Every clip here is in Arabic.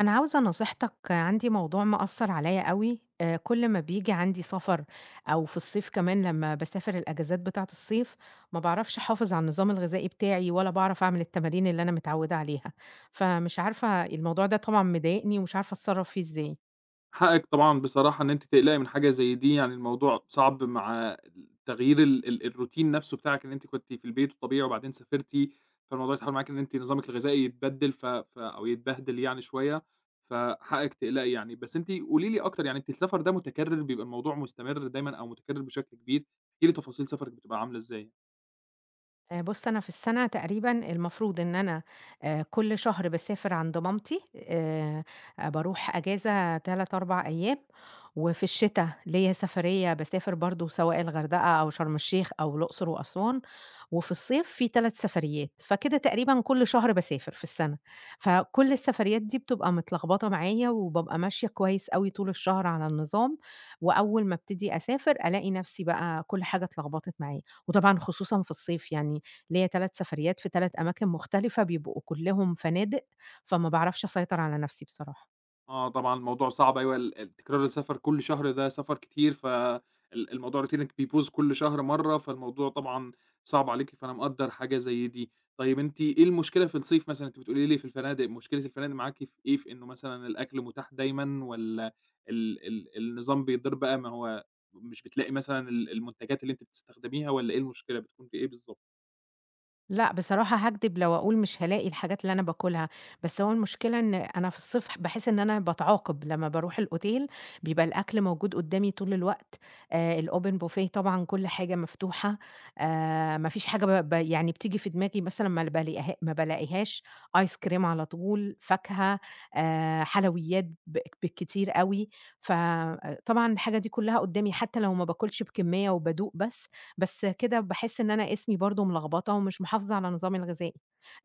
أنا عاوزة نصيحتك عندي موضوع مأثّر عليّا أوي، كل ما بييجي عندي سفر أو في الصيف كمان لمّا باسافر الأجازات بتاعة الصيف، ما باعرفش أحافظ على النظام الغذائي بتاعي ولا باعرف أعمل التمارين اللي أنا متعوّدة عليها، فمش عارفة الموضوع ده طبعًا مضايقني ومش عارفة أتصرّف فيه إزاي. حقِّك طبعًا بصراحة إن أنتِ تقلقي من حاجة زي دي، يعني الموضوع صعب مع تغيير ال الروتين نفسه بتاعِك. إن أنتِ كنتِ في البيت وطبيعي وبعدين سافرتِ، فالموضوع اتحول معاكِ إن أنتِ نظامِك الغذائي يتبدِّل ف أو يتبهدل يعني شوية، فحقِّك تقلقي يعني. بس أنتِ قولي لي أكتر، يعني أنتِ السفر ده متكرر، بيبقى الموضوع مستمر دايمًا أو متكرر بشكل كبير؟ احكي لي تفاصيل سفرِك بتبقى عاملة إزاي. بُص، أنا في السَنة تقريبًا المفروض إن أنا كل شهر باسافر عند مامتي، باروح أجازة 3، 4 أيام، وفي الشتا ليّا سفرية باسافر برضه سواء الغردقة أو شرم الشيخ أو الأقصر وأسوان، وفي الصيف في 3 سفريات، فكده تقريبًا كل شهر باسافر في السَنة، فكل السفريات دي بتبقى متلخبطة معايا وبابقى ماشية كويس أوي طول الشهر على النظام، وأول ما ابتدي أسافر ألاقي نفسي بقى كل حاجة اتلخبطت معايا، وطبعًا خصوصًا في الصيف يعني ليّا 3 سفريات في 3 أماكن مختلفة، بيبقوا كلّهم فنادق، فما باعرفش أسيطر على نفسي بصراحة. آه طبعًا الموضوع صعب، أيوه. ال تكرار السفر كل شهر ده سفر كتير، ف الموضوع روتينِك بيبوظ كل شهر مرّة، فالموضوع طبعًا صعب عليكِ، فأنا مقدّر حاجة زي دي. طيب أنتِ إيه المشكلة في الصيف مثلًا؟ أنتِ بتقولي لي في الفنادق، مشكلة الفنادق معاكِ في إيه؟ في إنه مثلًا الأكل متاح دايمًا، والّا ال ال النظام بيضِر بقى؟ ما هو مش بتلاقي مثلًا المنتجات اللي أنتِ بتستخدميها، والّا إيه المشكلة بتكون في إيه بالضبط؟ لأ، بصراحة هاكدب لو أقول مش هالاقي الحاجات اللي أنا باكلها، بس هو المشكلة إن أنا في الصيف باحس إن أنا باتعاقب، لمّا باروح الأوتيل بيبقى الأكل موجود قدّامي طول الوقت، الopen buffet طبعًا كل حاجة مفتوحة، ما فيش حاجة ب ب يعني بتيجي في دماغي مثلًا ما بالاقيهاش، آيس كريم على طول، فاكهة، حلويات بالكتير أوي، ف آه، طبعًا الحاجة دي كلها قدّامي حتى لو ما باكلش بكمية وبادوق بس، بس كده باحس إن أنا اسمي برضه ملخبطة ومش محافظة على نظامي الغذائي،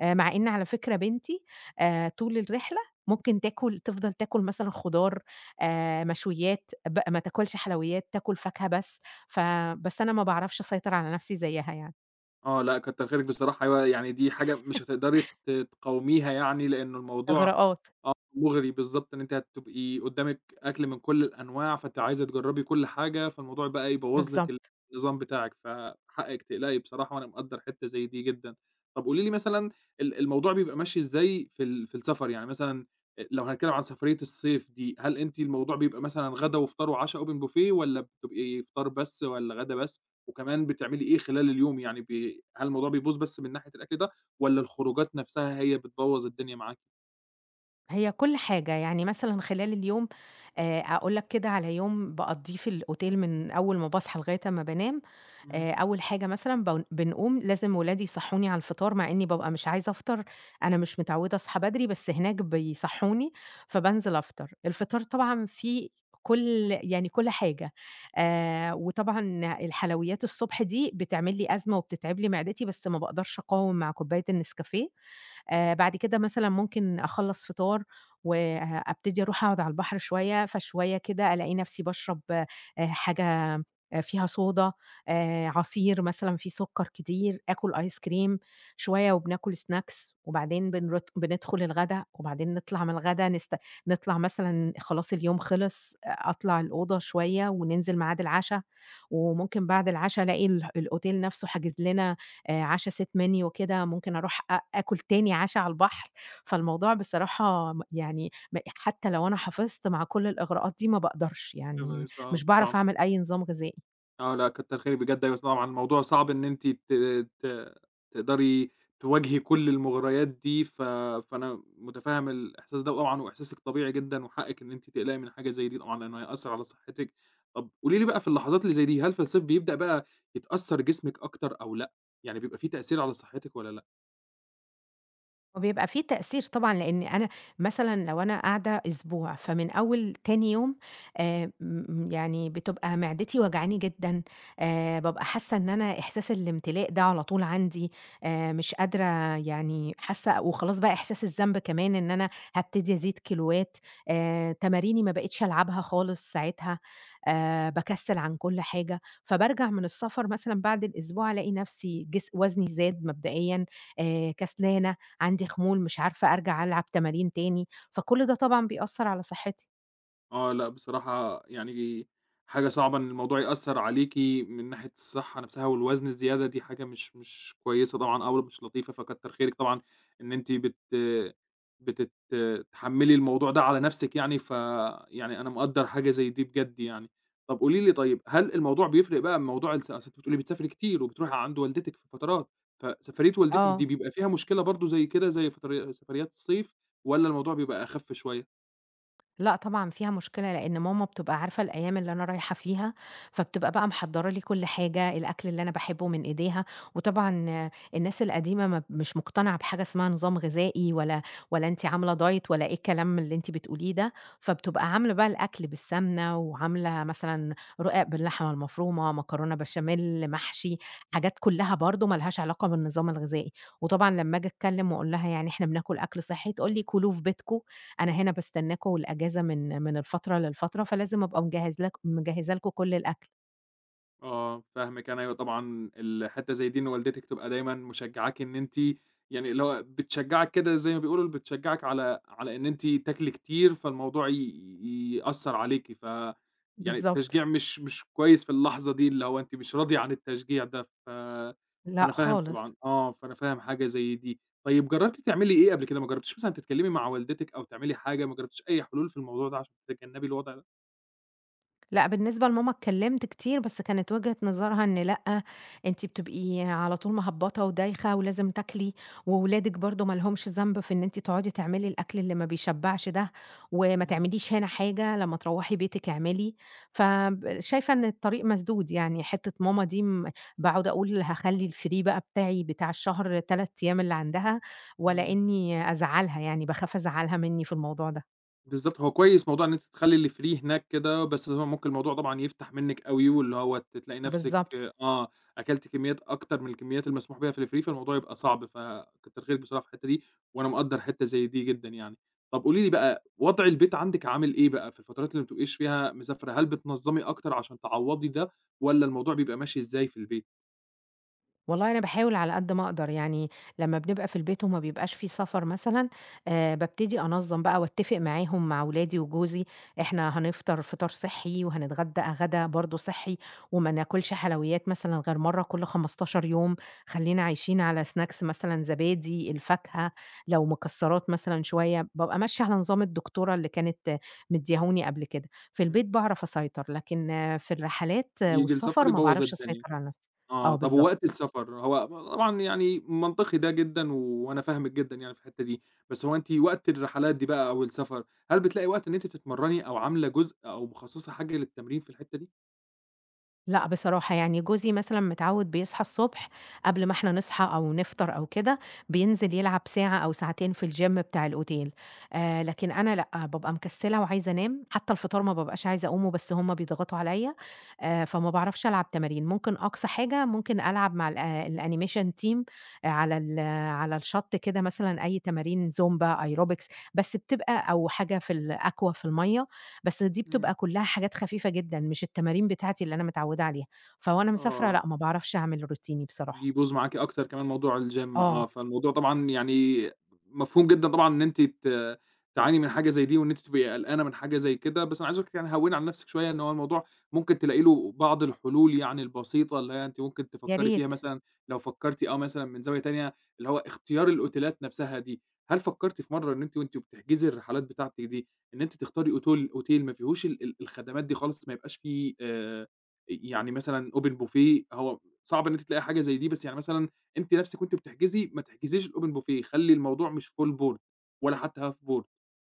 مع إن على فكرة بنتي طول الرحلة ممكن تفضل تاكل مثلًا خضار، مشويات، ما تاكلش حلويات، تاكل فاكهة بس، ف بس أنا ما باعرفش أسيطر على نفسي زيها يعني، آه لأ، كتّر خيرِك بصراحة. أيوه، يعني دي حاجة مش هتقدري تقاوميها، يعني لإنه الموضوع إغراءات، آه، مُغري بالضبط. إن أنتِ هتبقي قدّامِك أكل من كل الأنواع، فأنتِ عايزة تجرّبي كل حاجة، فالموضوع بقى يبوّظ لِك بالضبط، النظام بتاعِك. فحقِّك تقلقي بصراحة، وأنا مقدّر حتّة زي دي جدًا. طَب قولي لي مثلًا، الموضوع بيبقى ماشي إزاي في في السفر؟ يعني مثلًا لو هنتكلّم عن سفرية الصيف دي، هل أنتِ الموضوع بيبقى مثلًا غدا وفطار وعشا open buffet، والّا بتبقي فطار بس، والّا غدا بس؟ وكمان بتعملي إيه خلال اليوم؟ يعني هل الموضوع بيبوظ بس من ناحية الأكل ده، والّا الخروجات نَفْسها هي بتبوّظ الدنيا معاكِ؟ هي كل حاجة، يعني مثلًا خلال اليوم أقول لك كده على يوم باقضّيه في الأوتيل من أول ما باصحى لغاية أمّا بانام، إمم. أول حاجة مثلًا بنقوم لازم ولادي يصحّوني على الفطار، مع إني بابقى مش عايزة أفطر، أنا مش متعودة أصحى بدري، بس هناك بيصحّوني، فبانزل أفطر. الفطار طبعًا فيه كل حاجة، وطبعًا الحلويات الصبح دي بتعمل لي أزمة وبتتعب لي معدتي، بس ما باقدرش أقاوم مع كوباية النسكافيه. بعد كده مثلًا ممكن أخلّص فطار وأبتدي أروح أقعد على البحر شوية، فشوية كده ألاقي نفسي باشرب حاجة فيها صودا، عصير مثلًا فيه سُكّر كتير، آكل آيس كريم شوية وبناكل snacks وبعدين بندخل الغدا وبعدين نطلع من الغدا نطلع مثلًا خلاص اليوم خلص، آه، أطلع الأوضة شوية وننزل ميعاد العشا، وممكن بعد العشا ألاقي الأوتيل نفسه حاجز لنا عَشا سيت منيو وكده، ممكن أروح آكل تاني عَشا على البحر، فالموضوع بصراحة م يعني م حتى لو أنا حافظت مع كل الإغراءات دي ما باقدرش، كده إيه، يعني صعب، مش باعرف صعب. أعمل أي نظام غذائي. آه لأ، كتّر خيرِك بجد. أيوه طبعًا الموضوع صعب إن أنتِ ت ت تقدري تواجهي كل المغريات دي. فأنا متفهم الإحساس ده طبعًا، وإحساسِك طبيعي جدًا، وحقِّك إن أنتِ تقلقي من حاجة زي دي طبعًا، لإنه هيأثّر على صحتِك. طَب قولي لي بقى، في اللحظات اللي زي دي، هل في الصيف بيبدأ بقى يتأثّر جسمِك أكتر، أو لأ؟ يعني بيبقى في تأثير على صحتِك والّا لأ؟ وبيبقى في تأثير طبعًا، لإن أنا مثلًا لو أنا قاعدة أسبوع، فمن أول تاني يوم م يعني بتبقى معدتي وجعاني جدًا، بابقى حاسة إن أنا إحساس الامتلاء ده على طول عندي، مش قادرة يعني حاسة وخلاص بقى إحساس الذنب كمان إن أنا هابتدي أزيد كيلوات، تماريني ما بقيتش ألعبها خالص ساعتها، باكسل عن كل حاجة، فبارجع من السفر مثلًا بعد الأسبوع ألاقي نفسي وزني زاد مبدئيًا، كسلانة عندي خمول، مش عارفة أرجع ألعب تمارين تاني، فكل ده طبعًا بيأثّر على صحّتي. آه، لأ بصراحة يعني حاجة صعبة إن الموضوع يأثّر عليكِ من ناحية الصحّة نَفْسها. والوزن الزيادة دي حاجة مش كويسة طبعًا، أو مش لطيفة. فكتّر خيرِك طبعًا إن أنتِ بت بتت تحمّلي الموضوع ده على نَفْسِك يعني، فيعني أنا مقدّر حاجة زي دي بجد يعني. طَب قولي لي طيب، هل الموضوع بيفرق بقى من موضوع أصل أنتِ بتقولي بتسافري كتير وبتروحي عند والدتِك في فترات؟ فسفرية والدتِك آه. دي بيبقى فيها مشكلة برضه زي كده، زي فتري سفريات الصيف، والّا الموضوع بيبقى أخَف شوية؟ لأ طبعًا فيها مشكلة، لإن ماما بتبقى عارفة الأيام اللي أنا رايحة فيها، فبتبقى بقى محضّرة لي كل حاجة، الأكل اللي أنا باحبه من إيديها، وطبعًا آه، الناس القديمة ما مش مقتنعة بحاجة اسمها نظام غذائي ولا أنتِ عاملة دايت ولا إيه الكلام اللي أنتِ بتقوليه ده، فبتبقى عاملة بقى الأكل بالسمنة، وعاملة مثلًا رقاق باللحمة المفرومة، مكرونة بشاميل، محشي، حاجات كلّها برضه ما لهاش علاقة بالنظام الغذائي، وطبعًا لمّا آجي أتكلم وأقول لها يعني إحنا بناكل أكل صحّي، تقول لي كلوه في بيتكم أنا هنا باستناكم الأجازة من الفترة للفترة، فلازم أبقى مجهّزة لكم كل الأكل. آه، فاهمِك أنا. أيوه طبعًا الحتّة زي دي إن والدتِك تبقى دايمًا مشجّعاكِ، إن أنتِ يعني، اللي هو بتشجّعِك كده، زي ما بيقولوا بتشجّعِك على إن أنتِ تاكلي كتير، فالموضوع يأثّر عليكِ. يعني بالضبط. التشجيع مش كويس في اللحظة دي، اللي هو أنتِ مش راضية عن التشجيع ده. فأنا لأ فاهم طبعًا، خالص. آه، فأنا فاهم حاجة زي دي. طيب جرّبتِ تعملي إيه قبل كده؟ ما جرّبتيش مثلًا تتكلّمي مع والدتِك، أو تعملي حاجة؟ ما جرّبتيش أي حلول في الموضوع ده عشان تتجنّبي الوضع ده؟ لأ، بالنسبة لماما اتكلمت كتير، بس كانت وجهة نظرها إن لأ، أنتِ بتبقي على طول مهبّطة ودايخة ولازم تاكلي، وولادِك برضه ما لهمش ذنب في إن أنتِ تقعدي تعملي الأكل اللي ما بيشبعش ده، وما إمم، تعمليش هنا حاجة، لمّا تروّحي بيتِك اعملي، شايفة إن الطريق مسدود يعني، حتّة ماما دي باقعد أقول هاخلّي الfree بقى بتاعي بتاع الشهر 3 أيام اللي عندها، ولا إمم. إني أزعّلها يعني، باخاف أزعّلها منّي في الموضوع ده. بالضبط. هو كويس موضوع إن أنتِ تخلّي اللي free هناك كده، بس هو ممكن الموضوع طبعًا يفتح منِّك أوي، واللي هو تلاقي نفسِك بالضبط. آه، أكلتِ كميات أكتر من الكميات المسموح بيها في الfree، فالموضوع يبقى صعب. فكتر خيرِك بصراحة في الحتّة دي، وأنا مقدّر حتّة زي دي جدًا يعني. طَب قولي لي بقى، وضع البيت عندِك عامل إيه بقى في الفترات اللي ما بتبقيش فيها مسافرة؟ هل بتنظّمي أكتر عشان تعوّضي ده، والّا الموضوع بيبقى ماشي إزاي في البيت؟ والله أنا باحاول على قد ما أقدر، يعني لمّا بنبقى في البيت وما بيبقاش في سفر مثلًا، بابتدي أنظّم بقى وأتفق معاهم مع ولادي وجوزي، إحنا هنفطر فطار صحّي وهنتغدى غدا برضه صحّي، وما ناكلش حلويات مثلًا غير مرّة كل 15 يوم، خلّينا عايشين على snacks مثلًا زبادي، الفاكهة، لو مكسّرات مثلًا شوية، بابقى ماشية على نظام الدكتورة اللي كانت مدّياهوني قبل كده. في إمم، البيت باعرف أسيطر، لكن آه، في الرحلات آه، ييجي السفر والسفر ما يبوّظ باعرفش الدنيا. أسيطر على نفسي. آه، آه طب. بالضبط. ووقت السفر هو طبعًا يعني منطقي ده جدًا، وأنا فاهمِك جدًا يعني في الحتّة دي. بس هو أنتِ وقت الرحلات دي بقى، أو السفر، هل بتلاقي وقت إن أنتِ تتمرّني، أو عاملة جزء، أو مخصّصة حاجة للتمرين في الحتّة دي؟ لأ، بصراحة يعني جوزي مثلًا متعوّد بيصحى الصبح قبل ما إحنا نصحى أو نفطر أو كده، بينزل يلعب ساعة أو ساعتين في الgym بتاع الأوتيل، لكن أنا لأ، بابقى مكسّلة وعايزة أنام، حتى الفطار ما بابقاش عايزة أقومه بس هُم بيضغطوا عليَّ، فما باعرفش ألعب تمارين، ممكن أقصى حاجة ممكن ألعب مع الanimation team على آه، على الشط كده مثلًا أي تمارين زومبا، aerobics بس بتبقى أو حاجة في في المَيَّة بس دي إمم. بتبقى كلّها حاجات خفيفة جدًا، مش التمارين بتاعتي اللي أنا متعودة عليها، مسافرة آه. لأ، ما باعرفش أعمل روتيني بصراحة. بيبوظ معاكِ أكتر كمان موضوع الgym آه، فالموضوع طبعًا يعني مفهوم جدًا طبعًا، إن أنتِ تعاني من حاجة زي دي، وإن أنتِ تبقي قلقانة من حاجة زي كده. بس أنا عايزِك يعني هوّني على نفسِك شوية، إن هو الموضوع ممكن تلاقي له بعض الحلول يعني البسيطة، اللي هي أنتِ ممكن يا تفكّري فيها. ريت. مثلًا لو فكّرتِ، آه، مثلًا من زاوية تانية، اللي هو اختيار الأوتيلات نفسها دي، هل فكّرتِ في مرّة إن أنتِ وأنتِ بتحجزي الرحلات بتاعتِك دي، إن أنتِ تختاري أوتيل ما فيهوش ال ال الخدمات دي خالص، ما يبقاش فيه يعني مثلًا open buffet، هو صعب إن أنتِ تلاقي حاجة زي دي. بس يعني مثلًا أنتِ نفسِك وأنتِ بتحجزي ما تحجزيش الopen buffet، خلّي الموضوع مش full board ولا حتى half board،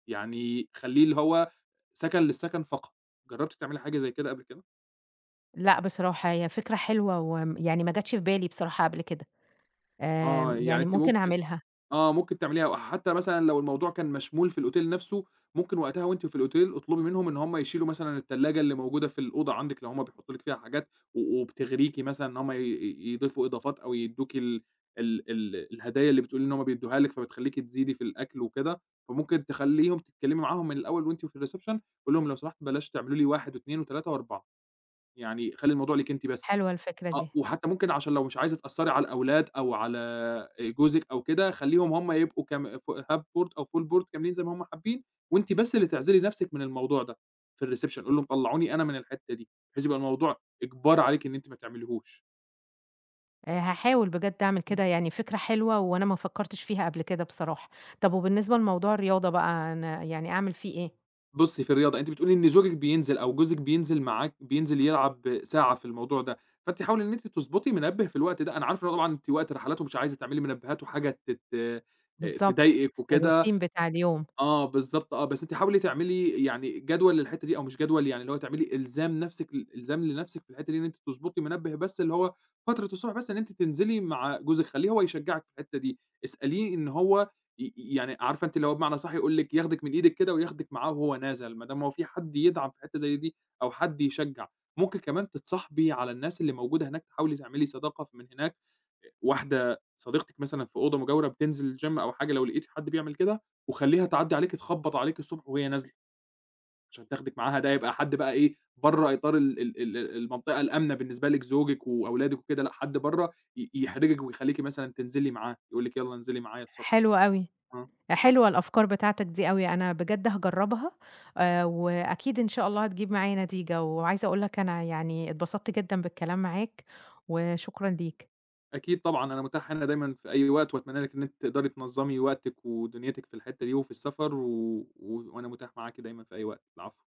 يعني خلّيه اللي هو سَكَن للسَكَن فقط. جرّبتِ تعملي حاجة زي كده قبل كده؟ لأ، بصراحة هي فكرة حلوة يعني ما جاتش في بالي بصراحة قبل كده، آه. آمم، يعني يعني أنتِ ممكن ممكن أعملها، آه، ممكن تعمليها حتى مثلًا لو الموضوع كان مشمول في الأوتيل نفسه. ممكن وقتها وأنتِ في الأوتيل اطلبي منهم إن هم يشيلوا مثلًا التلاجة اللي موجودة في الأوضة عندِك، لو هم بيحطوا لِك فيها حاجات وبتغريكِ مثلًا إن هم ي ي يضيفوا إضافات، أو يدّوكِ ال ال ال الهدايا اللي بتقولي إن هم بيدّوها لِك، فبتخلّيكِ تزيدي في الأكل وكده. فممكن تخلّيهم تتكلمي معاهم من الأول وأنتِ في الreception، قولي لهم لو سمحتوا بلاش تعملوا لي 1 و2 و3 و4، يعني خلّي الموضوع ليكِ أنتِ بس. حلوة الفكرة آه. دي. وحتى ممكن عشان لو مش عايزة تأثّري على الأولاد، أو على جوزِك أو كده، خلّيهم هم يبقوا كام ف half board أو full board كاملين زي ما هم حابين، وأنتِ بس اللي تعزلي نَفْسِك من الموضوع ده في الreception. قولي لهم طلّعوني أنا من الحتّة دي، بحيث يبقى الموضوع إجبار عليكِ إن أنتِ ما تعمليهوش. هاحاول بجد أعمل إمم. كده، يعني فكرة حلوة وأنا ما فكرتش فيها قبل كده بصراحة. طب وبالنسبة لموضوع الرياضة بقى أنا يعني أعمل فيه إيه؟ بُصّي، في الرياضة أنتِ بتقولي إن زوجِك بينزل، أو جوزِك بينزل معاكِ بينزل يلعب ساعة في الموضوع ده. فأنتِ حاولي إن أنتِ تضبطي منبه في الوقت ده. أنا عارف إن هو طبعًا أنتِ وقت رحلات، ومش عايزة تعملي منبهات وحاجة ت ت بالضبط، تضايقِك وكده، الروتين بتاع اليوم، آه، بالضبط آه. بس أنتِ حاولي تعملي يعني جدول للحتّة دي، أو مش جدول، يعني اللي هو تعملي إلزام نفسِك، إلزام لنفسِك في الحتّة دي، إن أنتِ تضبطي منبه بس اللي هو فترة الصبح بس، إن أنتِ تنزلي مع جوزِك. خلّيه هو يشجّعِك في الحتّة دي. اسأليه إن هو يعني، عارفة أنتِ اللي هو بمعنى أصح يقول لِك ياخدِك من إيدِك كده وياخدِك معاه وهو نازل، ما دام هو في حد يدعم في حتّة زي دي، أو حد يشجّع. ممكن كمان تتصاحبي على الناس اللي موجودة هناك، تحاولي تعملي صداقة ف من هناك. واحدة صديقتِك مثلًا في أوضة مجاورة بتنزل الgym أو حاجة، لو لقيتِ حد بيعمل كده، وخلّيها تعدّي عليكِ تخبّط عليكِ الصبح وهي نازلة، عشان تاخدِك معاها. ده يبقى حد بقى إيه، برّه إطار ال ال ال المنطقة الآمنة بالنسبة لِك، زوجِك وأولادِك وكده، لأ حد برّه يحرجِك ويخلّيكِ مثلًا تنزلي معاه، يقول لِك يالّا انزلي معايا الصبح. حلو أوي. آه. حلوة الأفكار بتاعتك دي أوي، أنا بجد هاجرّبها، وأكيد إن شاء الله هتجيب معايا نتيجة، وعايزة أقول لك أنا يعني اتبسطت جدًا بالكلام معاك، وشكرًا ليك. أكيد طبعًا أنا متاح هنا دايمًا في أي وقت، وأتمنى لِك إن أنتِ تقدري تنظّمي وقتِك ودنيتِك في الحتّة دي، وفي السفر، و و وأنا متاح معاكِ دايمًا في أي وقت. العفو.